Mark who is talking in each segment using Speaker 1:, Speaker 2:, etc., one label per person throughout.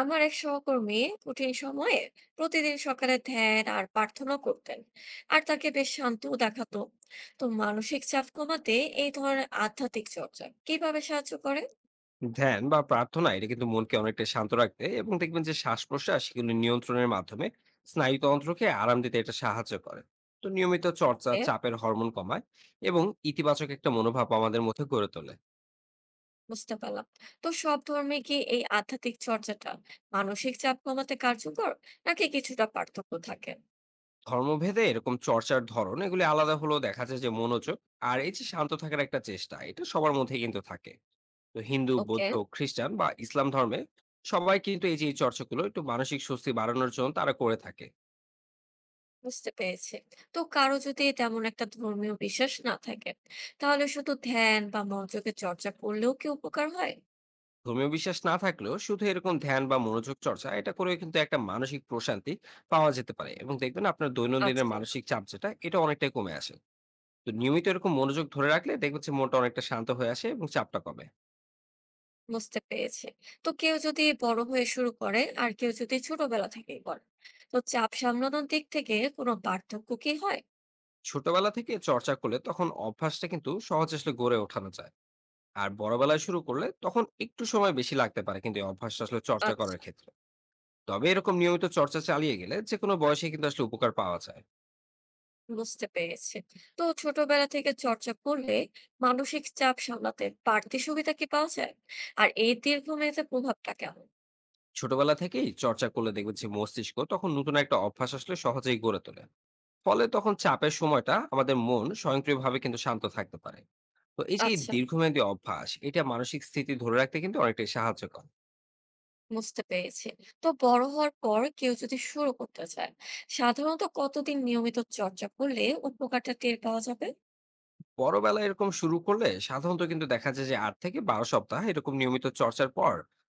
Speaker 1: আমার এক সহকর্মী কঠিন সময়ে প্রতিদিন সকালে ধ্যান আর প্রার্থনা করতেন, আর তাকে বেশ শান্ত দেখাতো। তো মানসিক চাপ কমাতে এই ধরনের আধ্যাত্মিক চর্চা কিভাবে সাহায্য করে?
Speaker 2: ধ্যান বা প্রার্থনা এটা কিন্তু মনকে অনেকটা শান্ত রাখতে এবং দেখবেন যে শ্বাস প্রশ্বাস সেগুলো নিয়ন্ত্রণের মাধ্যমে স্নায়ুতন্ত্রকে আরাম দিতে এটা সাহায্য করে। তো নিয়মিত চর্চা
Speaker 1: ওকে,
Speaker 2: চাপের হরমোন কমায় এবং ইতিবাচক একটা মনোভাব আমাদের মধ্যে গড়ে তোলে।
Speaker 1: বুঝতে পারলাম। তো সব ধর্মে কি এই আধ্যাত্মিক চর্চাটা মানসিক চাপ কমাতে কার্যকর, নাকি কিছুটা পার্থক্য থাকে?
Speaker 2: ধর্মভেদে এরকম চর্চার ধরন এগুলি আলাদা হলেও দেখা যায় যে মনোযোগ আর এই যে শান্ত থাকার একটা চেষ্টা এটা সবার মধ্যে কিন্তু থাকে। তো হিন্দু,
Speaker 1: ওকে,
Speaker 2: বৌদ্ধ, খ্রিস্টান বা ইসলাম ধর্মে সবাই কিন্তু এই যে এই চর্চাগুলো একটু মানসিক স্বস্তি বাড়ানোর জন্য তারা করে থাকে।
Speaker 1: বুঝতে পেরেছি। তো কারো যদি তেমন একটা ধর্মীয় বিশ্বাস না থাকে, তাহলে শুধু ধ্যান বা মনোযোগের চর্চা করলেও কি উপকার হয়?
Speaker 2: ধর্মীয় বিশ্বাস না থাকলেও শুধু এরকম ধ্যান বা মনোযোগ চর্চা এটা করে কিন্তু একটা মানসিক প্রশান্তি পাওয়া যেতে পারে, এবং দেখবেন আপনার দৈনন্দিনের
Speaker 1: আচ্ছা,
Speaker 2: মানসিক চাপ যেটা এটা অনেকটাই কমে আসে। তো নিয়মিত এরকম মনোযোগ ধরে রাখলে দেখবেন যে মনটা অনেকটা শান্ত হয়ে আসে এবং চাপটা কমে।
Speaker 1: বুঝতে পেরেছি। তো কেউ যদি বড় হয়ে শুরু করে আর কেউ যদি ছোটবেলা থেকেই করে, তো চাপ সামলানোর দিক থেকে কোনো পার্থক্য কি হয়?
Speaker 2: ছোটবেলা থেকে চর্চা করলে তখন অভ্যাসটা কিন্তু সহজ আসলে গড়ে ওঠানো যায়। আর বড়বেলায় শুরু করলে তখন একটু সময় বেশি লাগতে পারে কিন্তু এই অভ্যাসটা আসলে চর্চা
Speaker 1: আচ্ছা,
Speaker 2: করার ক্ষেত্রে। তবে এরকম নিয়মিত চর্চা চালিয়ে গেলে যে কোনো বয়সে কিন্তু আসলে উপকার পাওয়া যায়।
Speaker 1: বুঝতে পেরেছি। তো ছোটবেলা থেকে চর্চা করলে মানসিক চাপ সামলাতে বাড়তি সুবিধা কি পাওয়া যায়, আর এই দীর্ঘমেয়াদে প্রভাবটা কেমন?
Speaker 2: ছোটবেলা থেকেই চর্চা করলে দেখবেন যে মস্তিষ্ক তখন নতুন একটা অভ্যাস আসলে সহজেই গড়ে তোলে। ফলে তখন চাপের সময়টা আমাদের মন স্বয়ংক্রিয়ভাবে কিন্তু শান্ত থাকতে পারে। তো এই যে এই
Speaker 1: আচ্ছা,
Speaker 2: দীর্ঘমেয়াদী অভ্যাস এটা মানসিক স্থিতি ধরে রাখতে কিন্তু অনেকটাই সাহায্য করে।
Speaker 1: বুঝতে পেরেছি। তো বড় হওয়ার পর কেউ যদি শুরু করতে চায়, সাধারণত কতদিন নিয়মিত চর্চা করলে উপকারটা টের পাওয়া যাবে?
Speaker 2: বড়বেলায় এরকম শুরু করলে সাধারণত কিন্তু দেখা যায় যে ৮ থেকে ১২ সপ্তাহ এরকম নিয়মিত চর্চার পর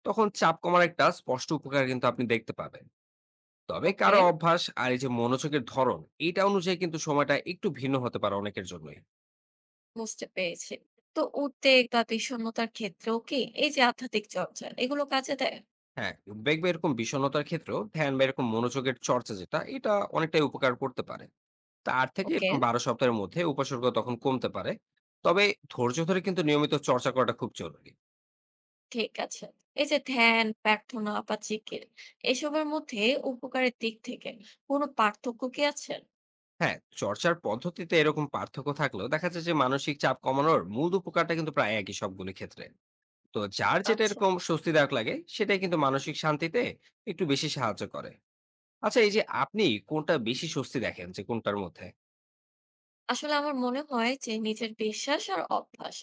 Speaker 2: তখন চাপ কমার একটা স্পষ্ট উপকার কিন্তু আপনি দেখতে পাবেন। তবে
Speaker 1: ওকে,
Speaker 2: কারো অভ্যাস আর এই যে মনোযোগের ধরন এটা অনুযায়ী কিন্তু সময়টা একটু ভিন্ন হতে পারে অনেকের জন্যই।
Speaker 1: বুঝতে পেরেছি। তো উদ্বেগ বা বিষণ্ণতার ক্ষেত্রেও কি এই যে আধ্যাত্মিক চর্চা এগুলো কাজে দেয়?
Speaker 2: হ্যাঁ, উদ্বেগ বা এরকম বিষণ্ণতার ক্ষেত্রেও ধ্যান বা এরকম মনোযোগের চর্চা যেটা, এটা অনেকটাই উপকার করতে পারে। তা ৮ থেকে
Speaker 1: ওকে,
Speaker 2: এরকম ১২ সপ্তাহের মধ্যে উপসর্গ তখন কমতে পারে। তবে ধৈর্য ধরে কিন্তু নিয়মিত চর্চা করাটা খুব জরুরি।
Speaker 1: ঠিক আছে। এই যে ধ্যান, প্রার্থনা বা জিকির এসবের মধ্যে উপকারের দিক থেকে কোনো পার্থক্য কি আছে?
Speaker 2: হ্যাঁ, চর্চার পদ্ধতিতে এরকম পার্থক্য থাকলেও দেখা যায় যে মানসিক চাপ কমানোর মূল উপকারটা কিন্তু প্রায় একই সবগুলো ক্ষেত্রে। তো যার যেটা
Speaker 1: আচ্ছা।
Speaker 2: এরকম স্বস্তিদায়ক লাগে সেটাই কিন্তু মানসিক শান্তিতে একটু বেশি সাহায্য করে। আচ্ছা, এই যে আপনি কোনটা বেশি স্বস্তি দেখেন যে কোনটার মধ্যে?
Speaker 1: আসলে আমার মনে হয় যে নিজের বিশ্বাস আর অভ্যাস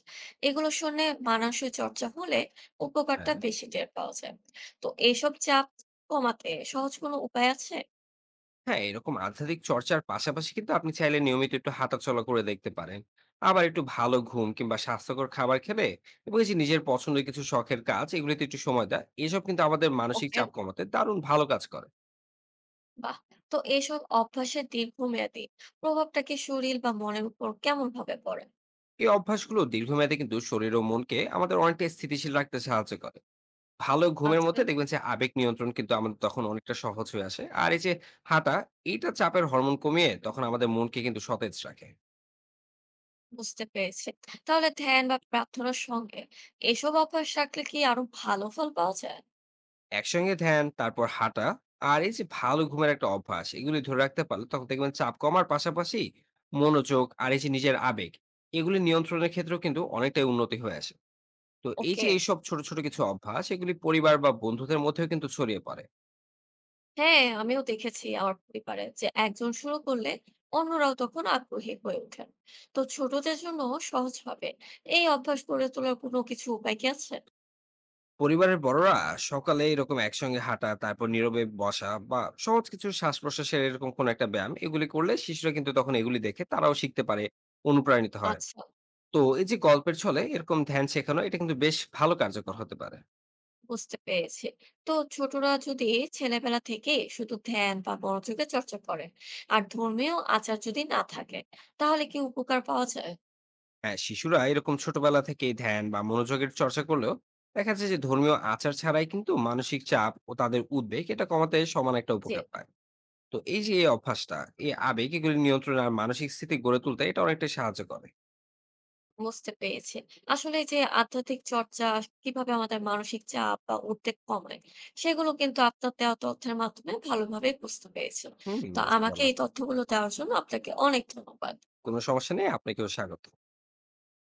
Speaker 1: এগুলো শুনে মানসিক চর্চা হলে উপকারটা
Speaker 2: হ্যাঁ।
Speaker 1: বেশি টের পাওয়া যায়। তো এইসব চাপ কমাতে সহজ কোনো উপায় আছে?
Speaker 2: হ্যাঁ, এরকম আধ্যাত্মিক চর্চার পাশাপাশি কিন্তু আপনি চাইলে নিয়মিত একটু হাঁটাচলা করে দেখতে পারেন। আবার একটু ভালো ঘুম কিংবা স্বাস্থ্যকর খাবার খেলে এবং এই যে নিজের পছন্দের কিছু শখের কাজ এগুলিতে একটু সময় দেয়। এসব কিন্তু আমাদের মানসিক
Speaker 1: ওকে।
Speaker 2: চাপ কমাতে দারুণ ভালো কাজ করে।
Speaker 1: বাহ! তো এসব অভ্যাসের দীর্ঘমেয়াদী প্রভাবটা কি শরীর বা মনের উপর কেমন ভাবে পড়ে?
Speaker 2: এই অভ্যাসগুলো দীর্ঘমেয়াদে কিন্তু শরীর ও মনকে আমাদের অনেকটা স্থিতিশীল রাখতে সাহায্য করে। ভালো ঘুমের
Speaker 1: আচ্ছা,
Speaker 2: মধ্যে দেখবেন যে আবেগ নিয়ন্ত্রণ কিন্তু আমাদের তখন অনেকটা সহজ হয়ে আসে। আর এই যে হাঁটা, এটা চাপের হরমোন কমিয়ে তখন আমাদের মনকে কিন্তু সতেজ রাখে।
Speaker 1: বুঝতে পেরেছি। তাহলে ধ্যান বা প্রার্থনার সঙ্গে এসব অভ্যাস রাখলে কি আরো ভালো ফল পাওয়া যায়?
Speaker 2: একসঙ্গে ধ্যান, তারপর হাঁটা আর এই যে ভালো ঘুমের একটা অভ্যাস এগুলি ধরে রাখতে পারলে তখন দেখবেন চাপ কমার পাশাপাশি মনোযোগ আর এই যে নিজের আবেগ এগুলি নিয়ন্ত্রণের ক্ষেত্রেও কিন্তু অনেকটাই উন্নতি হয়ে আসে। তো এই যে
Speaker 1: ওকে।
Speaker 2: এইসব ছোট ছোট কিছু অভ্যাস এগুলি পরিবার বা বন্ধুদের মধ্যেও কিন্তু ছড়িয়ে পড়ে।
Speaker 1: হ্যাঁ, আমিও দেখেছি আমার পরিবারে যে একজন শুরু করলে অন্যরাও তখন আগ্রহী হয়ে ওঠেন। তো ছোটদের জন্য সহজভাবে এই অভ্যাস গড়ে তোলার কোনো কিছু উপায় কি আছে?
Speaker 2: পরিবারের বড়রা সকালে এরকম একসঙ্গে হাঁটা, তারপর নীরবে বসা বা সহজ কিছু শ্বাস প্রশ্বাসের এরকম কোন একটা ব্যায়াম এগুলি করলে শিশুরা কিন্তু তখন এগুলি দেখে তারাও শিখতে পারে, অনুপ্রাণিত হয়।
Speaker 1: আচ্ছা,
Speaker 2: তো এই যে গল্পের ছলে এরকম ধ্যান শেখানো এটা কিন্তু বেশ ভালো কার্যকর হতে পারে।
Speaker 1: বুঝতে পেরেছি। তো ছোটরা যদি ছেলেবেলা থেকে শুধু ধ্যান বা মনোযোগের চর্চা করে আর ধর্মীয় আচার যদি না থাকে, তাহলে কি উপকার পাওয়া যায়?
Speaker 2: হ্যাঁ, শিশুরা এরকম ছোটবেলা থেকেই ধ্যান বা মনোযোগের চর্চা করলেও দেখা যাচ্ছে যে ধর্মীয় আচার ছাড়াই কিন্তু মানসিক চাপ ও তাদের উদ্বেগ এটা কমাতে সমান একটা
Speaker 1: যে,
Speaker 2: উপকার পায়। তো এই যে এই অভ্যাসটা, এই আবেগ এগুলি নিয়ন্ত্রণ আর মানসিক স্থিতি গড়ে তুলতে এটা অনেকটা সাহায্য করে।
Speaker 1: বুঝতে পেরেছি। আসলে যে আধ্যাত্মিক চর্চা কিভাবে আমাদের মানসিক চাপ বা উদ্বেগ কমায়, সেগুলো কিন্তু আপনার দেওয়া তথ্যের মাধ্যমে ভালোভাবে বুঝতে পেরেছি।
Speaker 2: হুম।
Speaker 1: তো
Speaker 2: বুঝতে
Speaker 1: আমাকে
Speaker 2: পারলাম।
Speaker 1: এই তথ্যগুলো দেওয়ার জন্য আপনাকে অনেক ধন্যবাদ।
Speaker 2: কোনো সমস্যা নেই, আপনাকেও স্বাগত।